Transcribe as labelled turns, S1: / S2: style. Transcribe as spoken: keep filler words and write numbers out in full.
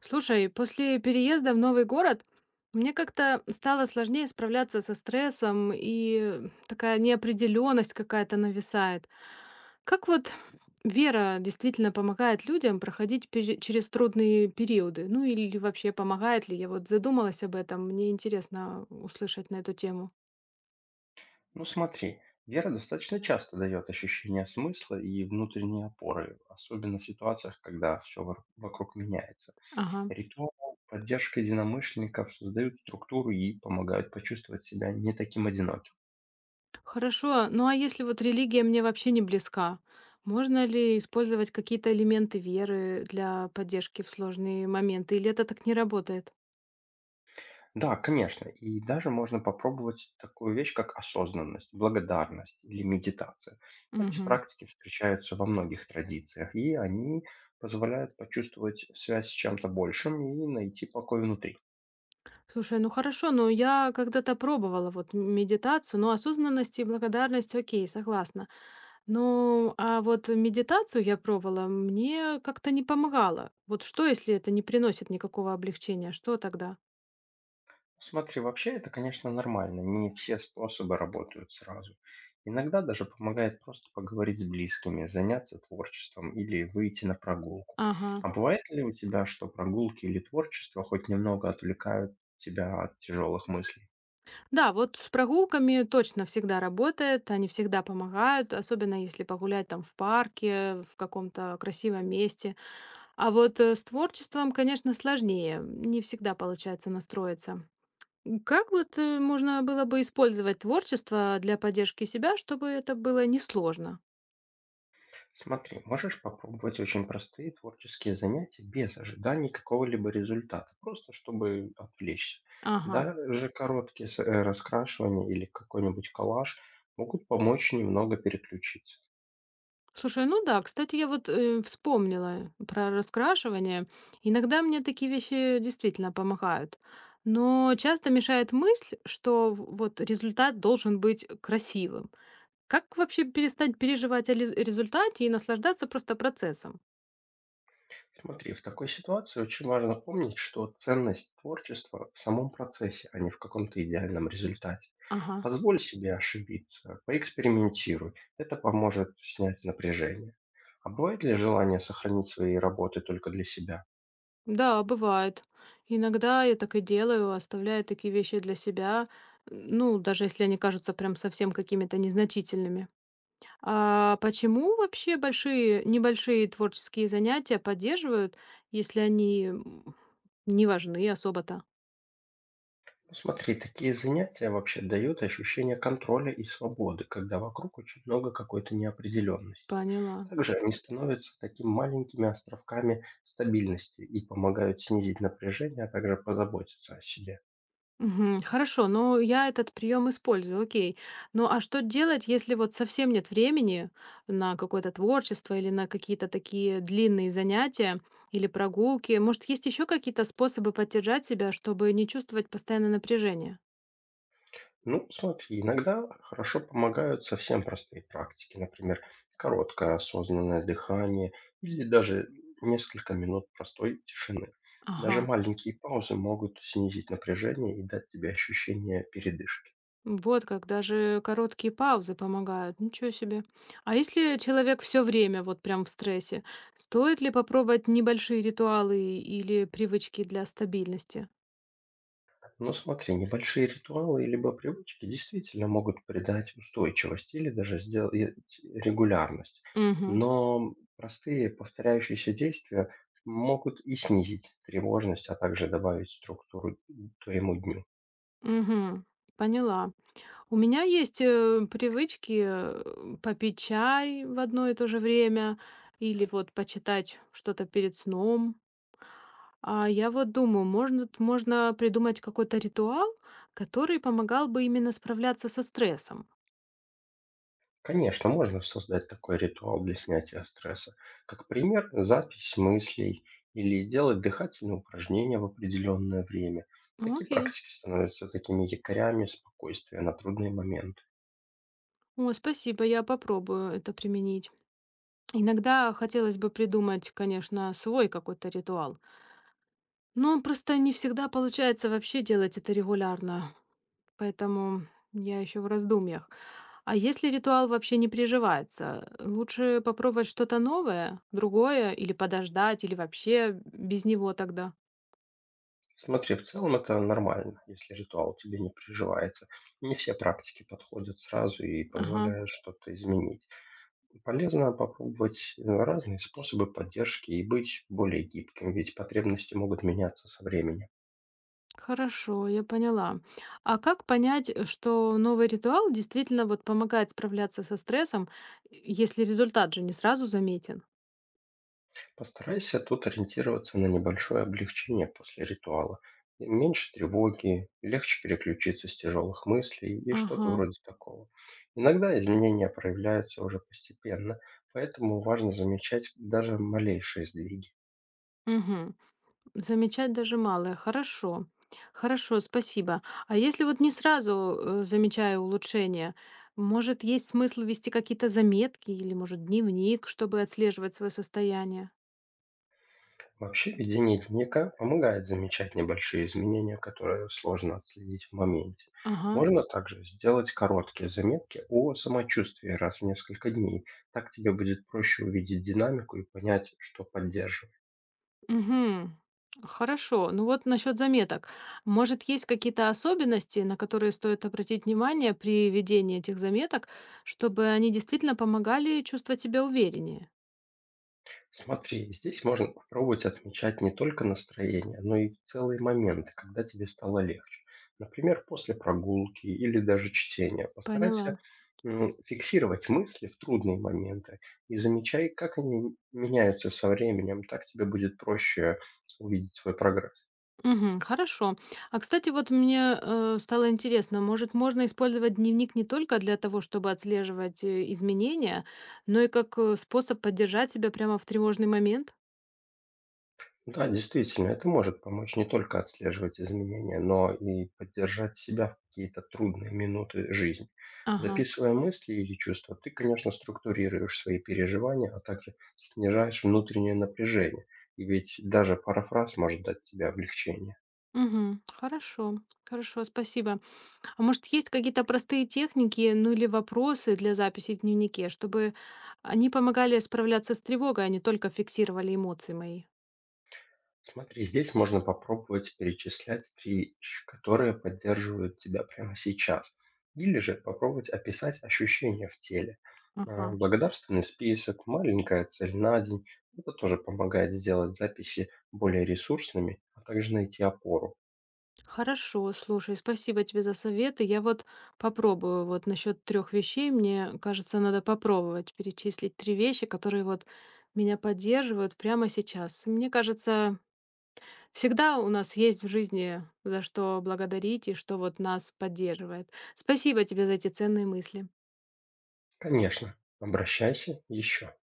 S1: Слушай, после переезда в новый город мне как-то стало сложнее справляться со стрессом, и такая неопределенность какая-то нависает. Как вот вера действительно помогает людям проходить пере- через трудные периоды? Ну или вообще помогает ли? Я вот задумалась об этом, мне интересно услышать на эту тему.
S2: Ну смотри, вера достаточно часто дает ощущение смысла и внутренней опоры, особенно в ситуациях, когда все вокруг меняется.
S1: Ага.
S2: Ритуал, поддержка единомышленников создают структуру и помогают почувствовать себя не таким одиноким.
S1: Хорошо, ну а если вот религия мне вообще не близка, можно ли использовать какие-то элементы веры для поддержки в сложные моменты, или это так не работает?
S2: Да, конечно, и даже можно попробовать такую вещь, как осознанность, благодарность или медитация. Эти
S1: Мгм.
S2: практики встречаются во многих традициях, и они позволяют почувствовать связь с чем-то большим и найти покой внутри.
S1: Слушай, ну хорошо, но я когда-то пробовала вот м- медитацию, но осознанность и благодарность, окей, согласна. Ну, а вот медитацию я пробовала, мне как-то не помогало. Вот что, если это не приносит никакого облегчения, что тогда?
S2: Смотри, вообще это, конечно, нормально. Не все способы работают сразу. Иногда даже помогает просто поговорить с близкими, заняться творчеством или выйти на прогулку.
S1: Ага.
S2: А бывает ли у тебя, что прогулки или творчество хоть немного отвлекают тебя от тяжелых мыслей?
S1: Да, вот с прогулками точно всегда работает, они всегда помогают, особенно если погулять там в парке, в каком-то красивом месте. А вот э, с творчеством, конечно, сложнее, не всегда получается настроиться. М, Как вот э, можно было бы использовать творчество для поддержки себя, чтобы это было несложно?
S2: Смотри, можешь попробовать очень простые творческие занятия без ожиданий какого-либо результата, просто чтобы отвлечься.
S1: Ага.
S2: Даже короткие с- э, раскрашивания или какой-нибудь коллаж могут помочь немного переключиться.
S1: Слушай, ну да, кстати, я вот э, вспомнила про раскрашивание. Иногда мне такие вещи действительно помогают. Но часто мешает мысль, что в- вот результат должен быть красивым. Как вообще перестать переживать о лез- результате и наслаждаться просто процессом?
S2: Смотри, в такой ситуации очень важно помнить, что ценность творчества в самом процессе, а не в каком-то идеальном результате.
S1: Ага.
S2: Позволь себе ошибиться, поэкспериментируй. Это поможет снять напряжение. А бывает ли желание сохранить свои работы только для себя?
S1: Да, бывает. Иногда я так и делаю, оставляю такие вещи для себя, ну, даже если они кажутся прям совсем какими-то незначительными. А почему вообще большие небольшие творческие занятия поддерживают, если они, м, не важны особо-то?
S2: Ну, смотри, такие занятия вообще дают ощущение контроля и свободы, когда вокруг очень много какой-то неопределенности.
S1: Поняла.
S2: Также они становятся такими маленькими островками стабильности и помогают снизить напряжение, а также позаботиться о себе.
S1: Мгм. Хорошо, но я этот прием использую, окей. Ну а что делать, если вот совсем нет времени на какое-то творчество или на какие-то такие длинные занятия или прогулки? Может, есть еще какие-то способы поддержать себя, чтобы не чувствовать постоянное напряжение?
S2: Ну, смотри, иногда хорошо помогают совсем простые практики, например, короткое осознанное дыхание или даже несколько минут простой тишины. Даже
S1: Ага.
S2: маленькие паузы могут снизить напряжение и дать тебе ощущение передышки.
S1: Вот как, даже короткие паузы помогают. Ничего себе. А если человек все время вот прям в стрессе, стоит ли попробовать небольшие ритуалы или привычки для стабильности?
S2: Ну смотри, небольшие ритуалы либо привычки действительно могут придать устойчивость или даже сделать регулярность.
S1: Угу,
S2: Но простые повторяющиеся действия могут и снизить тревожность, а также добавить структуру твоему дню.
S1: угу, поняла. У меня есть э, привычки э, попить чай в одно и то же время или вот почитать что-то перед сном. А я вот думаю, можно, можно придумать какой-то ритуал, который помогал бы именно справляться со стрессом.
S2: Конечно, можно создать такой ритуал для снятия стресса. Как пример, запись мыслей или делать дыхательные упражнения в определенное время.
S1: Ну,
S2: Такие
S1: окей.
S2: практики становятся такими якорями спокойствия на трудные моменты.
S1: Ой, спасибо, я попробую это применить. Иногда хотелось бы придумать, конечно, свой какой-то ритуал, но просто не всегда получается вообще делать это регулярно, поэтому я еще в раздумьях. А если ритуал вообще не приживается, лучше попробовать что-то новое, другое, или подождать, или вообще без него тогда?
S2: Смотри, в целом это нормально, если ритуал тебе не приживается. Не все практики подходят сразу и
S1: Ага.
S2: позволяют что-то изменить. Полезно попробовать э, разные способы поддержки и быть более гибким, ведь потребности могут меняться со временем.
S1: Хорошо, я поняла. А как понять, э, что новый ритуал действительно вот помогает справляться со стрессом, э, если результат же не сразу заметен?
S2: Постарайся тут ориентироваться на небольшое облегчение после ритуала. И меньше тревоги, легче переключиться с тяжелых мыслей и
S1: Ага,
S2: что-то вроде такого. Иногда изменения проявляются уже постепенно, поэтому важно замечать даже малейшие сдвиги.
S1: мгм. Замечать даже малое. Хорошо. Хорошо, спасибо. А если вот не сразу э, замечаю улучшение, может, есть смысл вести какие-то заметки или, может, дневник, чтобы отслеживать свое состояние?
S2: Вообще ведение дневника помогает замечать небольшие изменения, которые сложно отследить в моменте.
S1: Ага.
S2: Можно также сделать короткие заметки о самочувствии раз в несколько дней. Так тебе будет проще увидеть динамику и понять, что поддерживает.
S1: Мгм. Хорошо. Ну вот насчет заметок. Может, есть какие-то особенности, на которые стоит обратить внимание при ведении этих заметок, чтобы они действительно помогали чувствовать себя увереннее?
S2: Смотри, здесь можно попробовать отмечать не только настроение, но и целые моменты, когда тебе стало легче. Например, после прогулки или даже чтения.
S1: Поняла.
S2: Постарайся м, фиксировать мысли в трудные моменты и замечай, как они меняются со временем. Так тебе будет проще увидеть свой прогресс.
S1: Мгм. Хорошо. А кстати, вот мне э, стало интересно, может, можно использовать дневник не только для того, чтобы отслеживать э, изменения, но и как э, способ поддержать себя прямо в тревожный момент?
S2: Да, действительно, это может помочь не только отслеживать изменения, но и поддержать себя в какие-то трудные минуты жизни.
S1: Ага.
S2: Записывая мысли или чувства, ты, конечно, структурируешь свои переживания, а также снижаешь внутреннее напряжение. И ведь даже парафраз может дать тебе облегчение.
S1: Мгм. Хорошо. Хорошо, спасибо. А может, есть какие-то простые техники, ну или вопросы для записи в дневнике, чтобы они помогали справляться с тревогой, а не только фиксировали эмоции мои?
S2: Смотри, здесь можно попробовать перечислять три вещи, которые поддерживают тебя прямо сейчас. Или же попробовать описать ощущения в теле. А,
S1: Ага.
S2: благодарственный список, маленькая цель на день. Это тоже помогает сделать записи более ресурсными, а также найти опору.
S1: Хорошо, слушай, спасибо тебе за советы. Я вот попробую вот насчет трех вещей. Мне кажется, надо попробовать перечислить три вещи, которые вот меня поддерживают прямо сейчас. Мне кажется, всегда у нас есть в жизни за что благодарить и что вот нас поддерживает. Спасибо тебе за эти ценные мысли.
S2: Конечно, обращайся еще.